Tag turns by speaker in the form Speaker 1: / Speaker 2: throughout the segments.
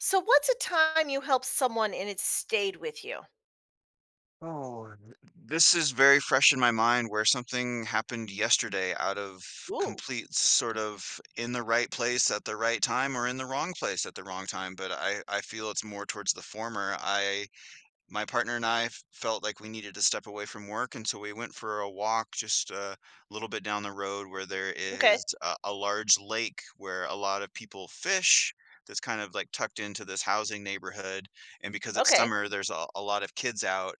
Speaker 1: So what's a time you helped someone and it stayed with you?
Speaker 2: Oh, this is very fresh in my mind where something happened yesterday out of
Speaker 1: Ooh,
Speaker 2: complete sort of in the right place at the right time or in the wrong place at the wrong time, but I feel it's more towards the former. I My partner and I felt like we needed to step away from work, and so we went for a walk just a little bit down the road where there
Speaker 1: okay.
Speaker 2: is a large lake where a lot of people fish. That's kind of like tucked into this housing neighborhood. And because it's
Speaker 1: Okay.
Speaker 2: summer, there's a lot of kids out,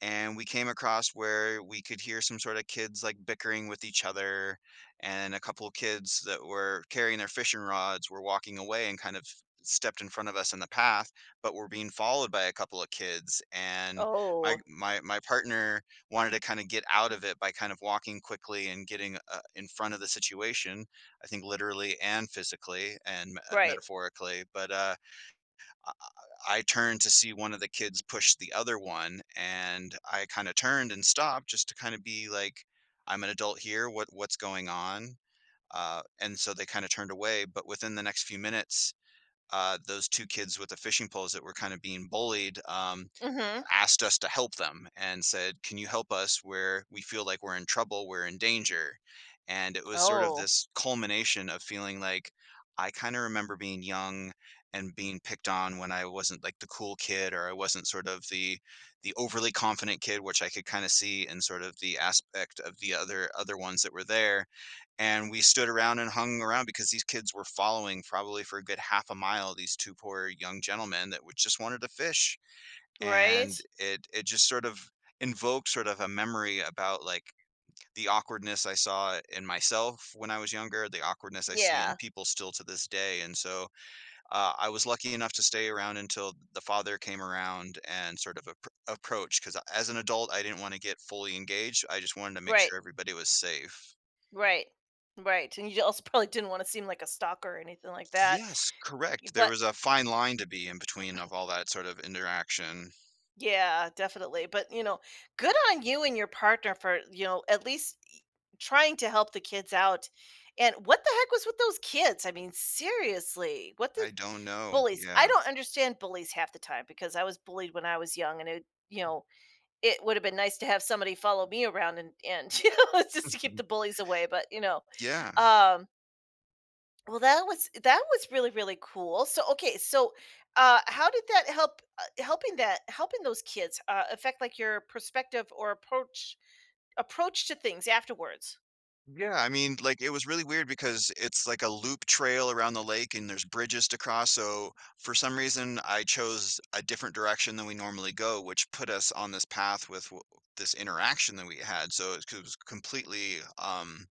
Speaker 2: and we came across where we could hear some sort of kids like bickering with each other, and a couple of kids that were carrying their fishing rods were walking away and kind of stepped in front of us in the path but were being followed by a couple of kids. And my
Speaker 1: Oh,
Speaker 2: my my partner wanted to kind of get out of it by kind of walking quickly and getting in front of the situation, I think literally and physically, and
Speaker 1: right.
Speaker 2: metaphorically, but I I turned to see one of the kids push the other one, and I kinda turned and stopped just to kinda be like, "I'm an adult here, what's going on?" And so they kinda turned away, but within the next few minutes, those 2 kids with the fishing poles that were kinda being bullied,
Speaker 1: Mhm.
Speaker 2: asked us to help them and said, "Can you help us where we feel like we're in trouble, we're in danger?" And it was sort of
Speaker 1: Oh,
Speaker 2: this culmination of feeling like I kind of remember being young and being picked on when I wasn't like the cool kid, or I wasn't sort of the overly confident kid, which I could kind of see in sort of the aspect of the other ones that were there. And we stood around and hung around because these kids were following probably for a good half a mile these two poor young gentlemen that would just wanted to fish,
Speaker 1: right?
Speaker 2: and it just sort of invokes sort of a memory about like the awkwardness I saw in myself when I was younger, the awkwardness I see in
Speaker 1: Yeah.
Speaker 2: people still to this day. And so I was lucky enough to stay around until the father came around and sort of approached, because as an adult, I didn't want to get fully engaged. I just wanted to make
Speaker 1: Right.
Speaker 2: sure everybody was safe.
Speaker 1: Right. Right. And you also probably didn't want to seem like a stalker or anything like that.
Speaker 2: Yes, correct. There
Speaker 1: But
Speaker 2: was a fine line to be in between of all that sort of interaction.
Speaker 1: yeah, definitely. But, you know, good on you and your partner for, you know, at least trying to help the kids out. And what the heck was with those kids? I mean, seriously, what did
Speaker 2: I don't know.
Speaker 1: bullies? I
Speaker 2: Yeah.
Speaker 1: don't understand bullies half the time because I was bullied when I was young and, it, you know, it would have been nice to have somebody follow me around and you know, just to keep
Speaker 2: Mhm.
Speaker 1: the bullies away, but
Speaker 2: Yeah.
Speaker 1: um well, that was really, really cool. So, okay, so, how did that help, helping that helping those kids, affect, like, your perspective or approach to things afterwards?
Speaker 2: Yeah, I mean, like it was really weird because it's like a loop trail around the lake and there's bridges to cross. So for some reason, I chose a different direction than we normally go, which put us on this path with this interaction that we had. So it was completely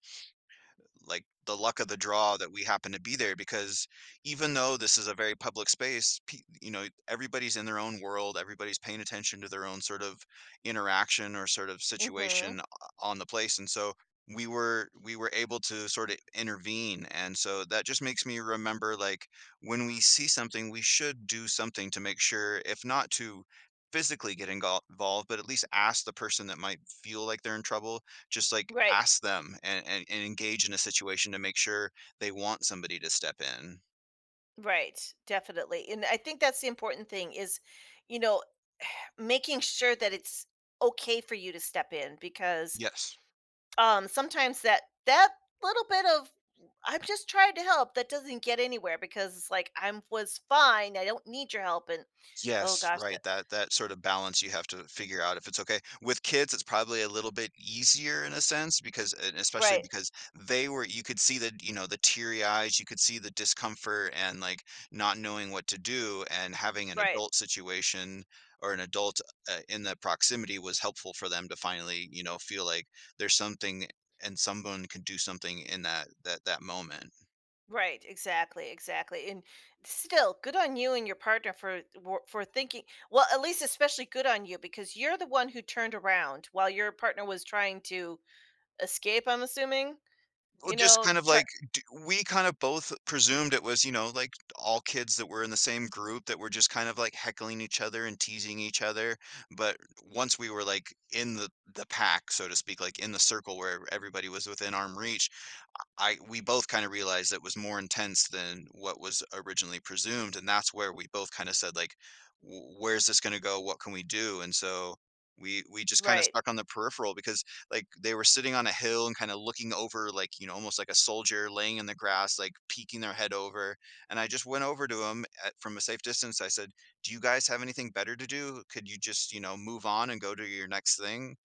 Speaker 2: like the luck of the draw that we happen to be there, because even though this is a very public space, you know, everybody's in their own world, everybody's paying attention to their own sort of interaction or sort of
Speaker 1: Mhm.
Speaker 2: situation on the place. And so we were able to sort of intervene. And so that just makes me remember like when we see something, we should do something to make sure if not to physically get involved, but at least ask the person that might feel like they're in trouble, just, like,
Speaker 1: Right,
Speaker 2: ask them and and engage in a situation to make sure they want somebody to step in.
Speaker 1: right, definitely, and I think that's the important thing is, you know, making sure that it's okay for you to step in because
Speaker 2: Yes.
Speaker 1: Sometimes that little bit of "I'm just trying to help," that doesn't get anywhere because it's like, "I'm was fine, I don't need your help," and oh
Speaker 2: Yes,
Speaker 1: gosh, that
Speaker 2: right, that sort of balance you have to figure out if it's okay. With kids, it's probably a little bit easier in a sense because, and especially
Speaker 1: right,
Speaker 2: because they were, you could see the, you know, the teary eyes, you could see the discomfort and like not knowing what to do and having an
Speaker 1: right,
Speaker 2: adult situation or an adult in that proximity was helpful for them to finally, you know, feel like there's something and someone can do something in that moment.
Speaker 1: right, exactly, exactly, and still, good on you and your partner for wor for thinking well, at least especially good on you because you're the one who turned around while your partner was trying to escape, I'm assuming,
Speaker 2: Well,
Speaker 1: you
Speaker 2: just
Speaker 1: know,
Speaker 2: kind of
Speaker 1: try
Speaker 2: like d we kind of both presumed it was, you know, like, all kids that were in the same group that were just kind of, like, heckling each other and teasing each other, but once we were, like, in the pack, so to speak, like, in the circle where everybody was within arm reach, I we both kind of realized it was more intense than what was originally presumed, and that's where we both kind of said like, "Where's this going to go? What can we do?" And so we just kind of
Speaker 1: right,
Speaker 2: stuck on the peripheral because like they were sitting on a hill and kind of looking over, like, you know, almost like a soldier laying in the grass like peeking their head over. And I just went over to him from a safe distance, I said, do you guys have anything better to do, could you just, you know, move on and go to your next thing?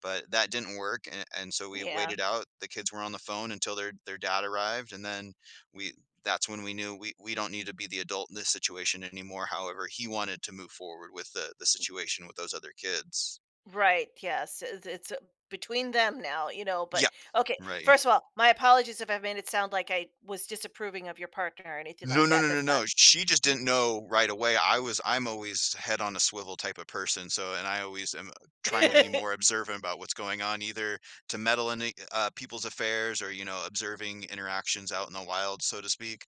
Speaker 2: But that didn't work, and so we
Speaker 1: yeah.
Speaker 2: waited out. The kids were on the phone until their dad arrived, and then we that's when we knew we don't need to be the adult in this situation anymore. However, he wanted to move forward with the situation with those other kids.
Speaker 1: Right, yes, it's between them now, you know, but
Speaker 2: Yeah,
Speaker 1: okay,
Speaker 2: right.
Speaker 1: first of all, my apologies if I've made it sound like I was disapproving of your partner or anything
Speaker 2: No,
Speaker 1: like
Speaker 2: no,
Speaker 1: that,
Speaker 2: no, no,
Speaker 1: that's not
Speaker 2: no. She just didn't know right away. I was I'm always head on a swivel type of person, so, and I always am trying to be more observant about what's going on, either to meddle in the, people's affairs or, you know, observing interactions out in the wild, so to speak.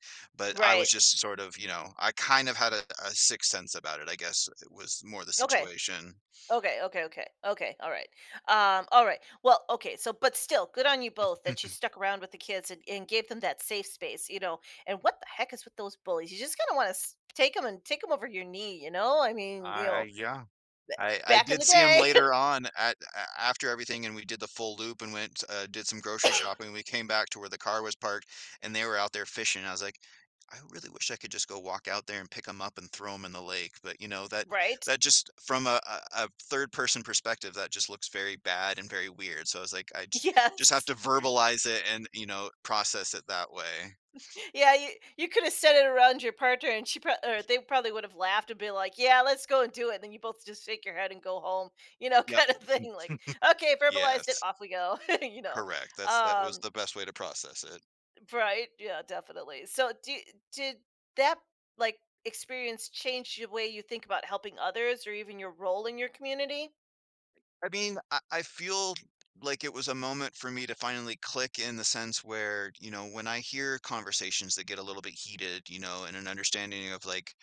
Speaker 2: But I
Speaker 1: right,
Speaker 2: was just sort of, you know, I kind of had a sixth sense about it, I guess it was more the
Speaker 1: okay,
Speaker 2: situation.
Speaker 1: okay, alright, alright, well, okay, so but still, good on you both that you stuck around with the kids and gave them that safe space, you know, and what the heck is with those bullies? You just kinda wanna take them and take them over your knee, you know, I mean, you
Speaker 2: I
Speaker 1: know,
Speaker 2: yeah. I
Speaker 1: back in
Speaker 2: did
Speaker 1: the
Speaker 2: see him
Speaker 1: day,
Speaker 2: later on at a after everything, and we did the full loop and went, did some grocery shopping, we came back to where the car was parked, and they were out there fishing. I was like, "I really wish I could just go walk out there and pick them up and throw them in the lake," but, you know, that
Speaker 1: right?
Speaker 2: that just from a a third-person perspective, that just looks very bad and very weird, so I was like, I just have
Speaker 1: Yes.
Speaker 2: to verbalize it and, you know, process it that way.
Speaker 1: Yeah, you could have said it around your partner, and she prob or they probably would have laughed and been like, "Yeah, let's go and do it." And then you both just shake your head and go home, you know,
Speaker 2: Yep.
Speaker 1: kind of thing. Like, okay, verbalized it,
Speaker 2: Yes.
Speaker 1: off we go, you know.
Speaker 2: Correct, that was
Speaker 1: Um,
Speaker 2: the best way to process it.
Speaker 1: right? Yeah, definitely. So, do, did that like experience change the way you think about helping others, or even your role in your community?
Speaker 2: I mean, I feel like it was a moment for me to finally click in the sense where, you know, when I hear conversations that get a little bit heated, you know, and an understanding of like,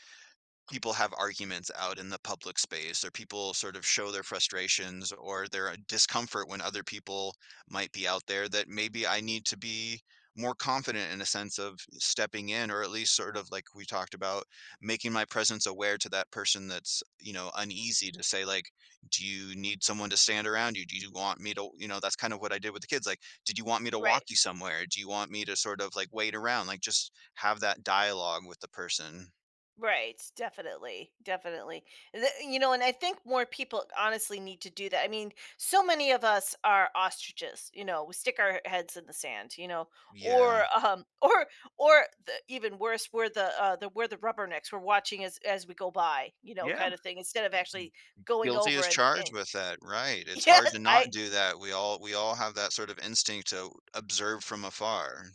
Speaker 2: people have arguments out in the public space or people sort of show their frustrations or their discomfort when other people might be out there, that maybe I need to be more confident in a sense of stepping in or at least sort of like we talked about, making my presence aware to that person that's, you know, uneasy, to say like, do you need someone to stand around you, do you want me to, you know, that's kind of what I did with the kids, like, did you want me to
Speaker 1: Right.
Speaker 2: walk you somewhere, do you want me to sort of like wait around, like just have that dialogue with the person.
Speaker 1: Right, definitely, definitely. You know, and I think more people honestly need to do that. I mean, so many of us are ostriches. You know, we stick our heads in the sand. You know,
Speaker 2: Yeah.
Speaker 1: or or even worse, we're the we're the rubbernecks. We're watching as we go by. You know,
Speaker 2: Yeah,
Speaker 1: kind of thing. Instead of actually going
Speaker 2: guilty
Speaker 1: over
Speaker 2: as
Speaker 1: and
Speaker 2: charged with that, right, it's
Speaker 1: yeah,
Speaker 2: hard to
Speaker 1: I
Speaker 2: not do that, we all have that sort of instinct to observe from afar,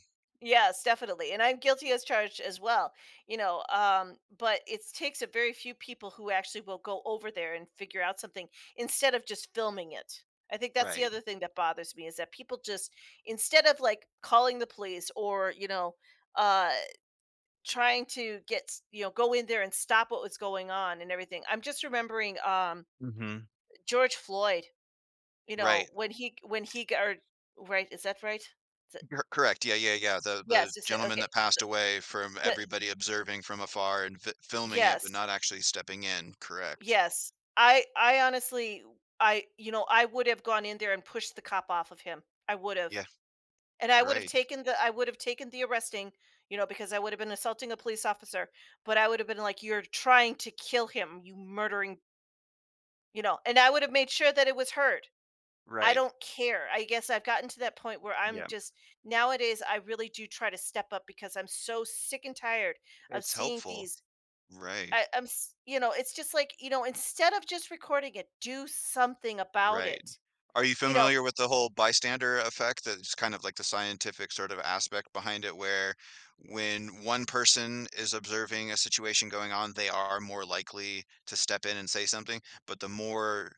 Speaker 1: yes, definitely. And I'm guilty as charged as well, you know. But it takes a very few people who actually will go over there and figure out something instead of just filming it. I think that's the
Speaker 2: right.
Speaker 1: other thing that bothers me is that people just instead of like calling the police or, you know, uh trying to get, you know, go in there and stop what was going on and everything. I'm just remembering
Speaker 2: Mhm,
Speaker 1: George Floyd, you know,
Speaker 2: right,
Speaker 1: when he got or, right, is that right?
Speaker 2: you correct, yeah, yeah, yeah, the
Speaker 1: Yes,
Speaker 2: gentleman
Speaker 1: okay.
Speaker 2: that passed away from
Speaker 1: But
Speaker 2: everybody observing from afar and fi filming it, but
Speaker 1: yes,
Speaker 2: not actually stepping in, correct.
Speaker 1: yes. I honestly I you know, I would have gone in there and pushed the cop off of him. I would have.
Speaker 2: Yeah,
Speaker 1: And I would have
Speaker 2: right,
Speaker 1: taken the I would have taken the arresting, you know, because I would have been assaulting a police officer, but I would have been like, "You're trying to kill him, you murdering," you know, and I would have made sure that it was heard. I
Speaker 2: right,
Speaker 1: don't care. I guess I've gotten to that point where I'm
Speaker 2: yeah,
Speaker 1: just nowadays I really do try to step up because I'm so sick and tired of
Speaker 2: it's
Speaker 1: seeing
Speaker 2: helpful,
Speaker 1: these
Speaker 2: right,
Speaker 1: I'm, you know, it's just like, you know, instead of just recording it, do something about
Speaker 2: right.
Speaker 1: it.
Speaker 2: Are you
Speaker 1: You know,
Speaker 2: familiar with the whole bystander effect? That's kind of like the scientific sort of aspect behind it, where when one person is observing a situation going on, they are more likely to step in and say something. But the more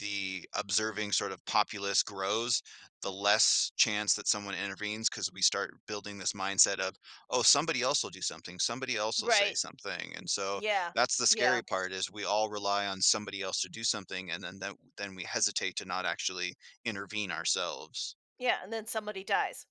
Speaker 2: the observing sort of populace grows, the less chance that someone intervenes because we start building this mindset of, oh, somebody else will do something, somebody else will say
Speaker 1: right?
Speaker 2: something. And so
Speaker 1: Yeah,
Speaker 2: that's the
Speaker 1: yeah,
Speaker 2: scary part is we all rely on somebody else to do something, and then, then we hesitate to not actually intervene ourselves.
Speaker 1: yeah. And then somebody dies.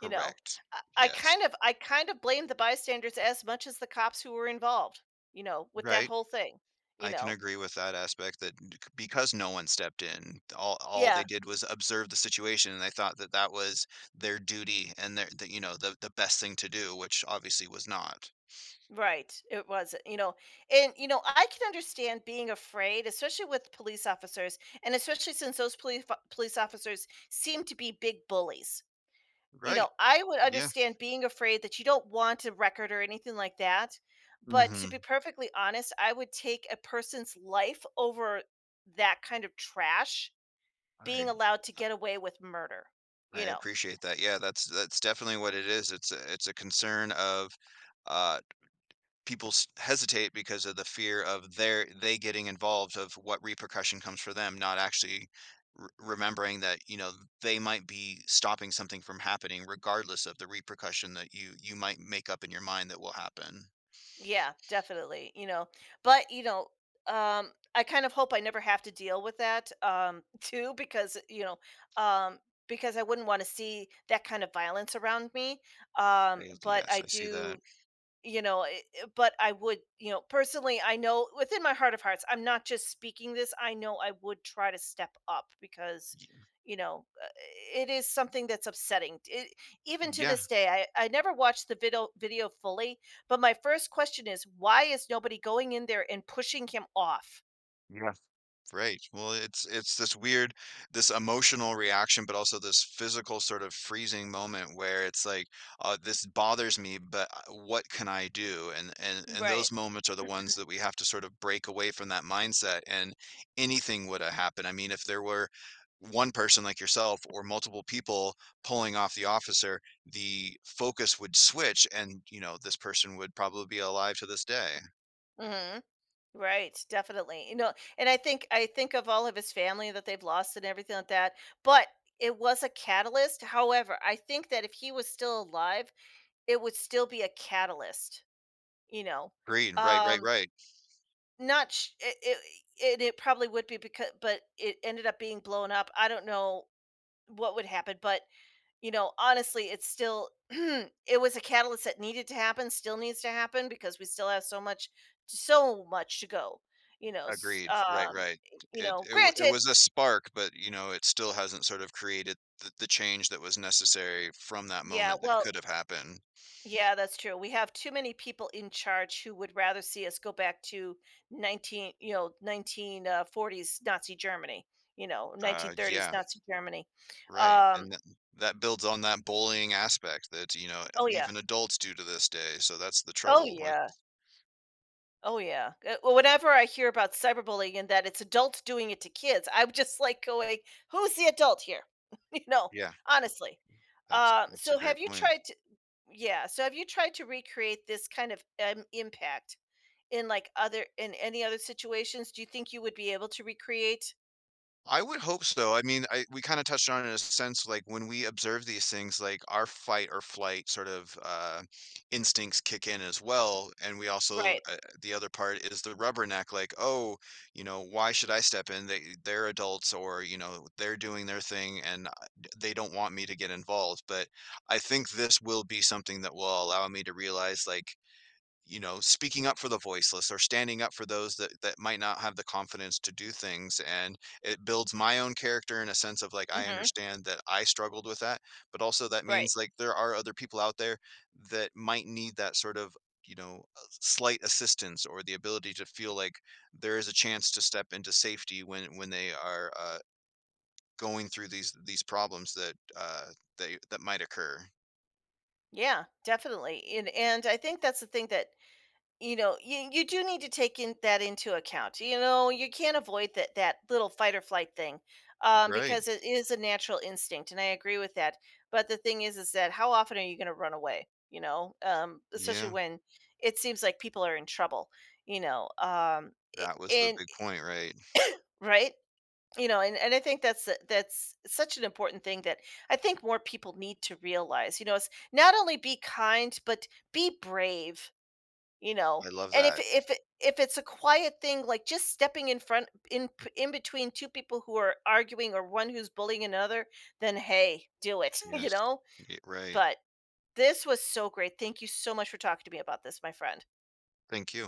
Speaker 1: You know,
Speaker 2: Yes.
Speaker 1: I kind of blame the bystanders as much as the cops who were involved. You know, with that
Speaker 2: Right?
Speaker 1: whole thing. You
Speaker 2: I can
Speaker 1: know,
Speaker 2: agree with that aspect that because no one stepped in, all they
Speaker 1: yeah,
Speaker 2: did was observe the situation, and they thought that that was their duty and you know, the best thing to do, which obviously was not.
Speaker 1: right. It was, you know, and you know, I can understand being afraid, especially with police officers, and especially since those police officers seem to be big bullies. You know,
Speaker 2: Right.
Speaker 1: I would
Speaker 2: Yeah.
Speaker 1: understand being afraid that you don't want a record or anything like that, but to be
Speaker 2: Hmm.
Speaker 1: perfectly honest, I would take a person's life over that kind of trash being
Speaker 2: I
Speaker 1: allowed to get away with murder,
Speaker 2: I
Speaker 1: you know.
Speaker 2: appreciate that. Yeah, that's definitely what it is. It's a concern of uh people hesitate because of the fear of their they getting involved, of what repercussion comes for them, not actually r remembering that, you know, they might be stopping something from happening regardless of the repercussion that you might make up in your mind that will happen.
Speaker 1: Yeah, definitely, you know. But, you know, I kind of hope I never have to deal with that too because, you know, um because I wouldn't want to see that kind of violence around me. But
Speaker 2: Yes,
Speaker 1: I
Speaker 2: I see that.
Speaker 1: do you know but I would you know personally I know within my heart of hearts I'm not just speaking this I know I would try to step up because
Speaker 2: Y-
Speaker 1: you know it is something that's upsetting it, even to
Speaker 2: yeah,
Speaker 1: this day I never watched the video fully but my first question is why is nobody going in there and pushing him off
Speaker 2: yeah. Right. Well, it's this weird, this emotional reaction, but also this physical sort of freezing moment where it's like, this bothers me, but what can I do? And and
Speaker 1: right.
Speaker 2: those moments are the ones that we have to sort of break away from that mindset. And anything would have happened. I mean, if there were one person like yourself or multiple people pulling off the officer, the focus would switch, and you know, this person would probably be alive to this day.
Speaker 1: Mhm. Right, definitely. You know, and I think of all of his family that they've lost and everything like that, but it was a catalyst. However, I think that if he was still alive, it would still be a catalyst, you know.
Speaker 2: Green. Right. Right.
Speaker 1: Um
Speaker 2: Right.
Speaker 1: not sh- it probably would be because but it ended up being blown up. I don't know what would happen, but you know, honestly, it's still it was a catalyst that needed to happen, still needs to happen because we still have so much so much to go. You know,
Speaker 2: Agreed. Right, right.
Speaker 1: you
Speaker 2: It
Speaker 1: know,
Speaker 2: it w it
Speaker 1: granted,
Speaker 2: was a spark, but, you know, it still hasn't sort of created the change that was necessary from that
Speaker 1: yeah,
Speaker 2: moment that
Speaker 1: well,
Speaker 2: could have happened.
Speaker 1: yeah, that's true. We have too many people in charge who would rather see us go back to 19, you know, 1940s Nazi Germany, you know, 1930s
Speaker 2: Yeah,
Speaker 1: Nazi Germany.
Speaker 2: right,
Speaker 1: Um,
Speaker 2: and that that builds on that bullying aspect that, you know,
Speaker 1: oh yeah.
Speaker 2: even adults do to this day, so that's the
Speaker 1: Oh
Speaker 2: trouble. What?
Speaker 1: yeah. Oh yeah. Well, whenever I hear about cyberbullying and that it's adults doing it to kids, I'm just like going, "Who's the adult here?" you know,
Speaker 2: Yeah,
Speaker 1: honestly.
Speaker 2: that's a
Speaker 1: So have
Speaker 2: great
Speaker 1: you
Speaker 2: point.
Speaker 1: tried to? Yeah. So have you tried to recreate this kind of impact in like other in any other situations? Do you think you would be able to recreate?
Speaker 2: I would hope so. I mean, I we kinda touched on it in a sense, like, when we observe these things, like, our fight or flight sort of, instincts kick in as well, and we also,
Speaker 1: Right.
Speaker 2: the other part is the rubberneck, like, "Oh, you know, why should I step in? They're adults or, you know, they're doing their thing and I d they don't want me to get involved," but I think this will be something that will allow me to realize, like, you know, speaking up for the voiceless or standing up for those that that might not have the confidence to do things, and it builds my own character in a sense of like I
Speaker 1: Hmm.
Speaker 2: understand that I struggled with that, but also that
Speaker 1: Right.
Speaker 2: means like there are other people out there that might need that sort of, you know, slight assistance or the ability to feel like there is a chance to step into safety when they are, going through these problems that, they that might occur.
Speaker 1: Yeah. Definitely. And I think that's the thing that you know you do need to take in that into account you know you can't avoid that that little fight or flight thing
Speaker 2: Right.
Speaker 1: because it is a natural instinct and I agree with that but the thing is that how often are you going to run away you know especially
Speaker 2: Yeah,
Speaker 1: when it seems like people are in trouble you know
Speaker 2: that was the
Speaker 1: and
Speaker 2: big point, right.
Speaker 1: right you know and I think that's that's such an important thing that I think more people need to realize you know it's not only be kind but be brave you know,
Speaker 2: I love
Speaker 1: and
Speaker 2: that.
Speaker 1: if it if it's a quiet thing, like just stepping in front in between two people who are arguing or one who's bullying another, then hey, do it, you
Speaker 2: Yes.
Speaker 1: know?
Speaker 2: Y right.
Speaker 1: But this was so great. Thank you so much for talking to me about this, my friend.
Speaker 2: Thank you.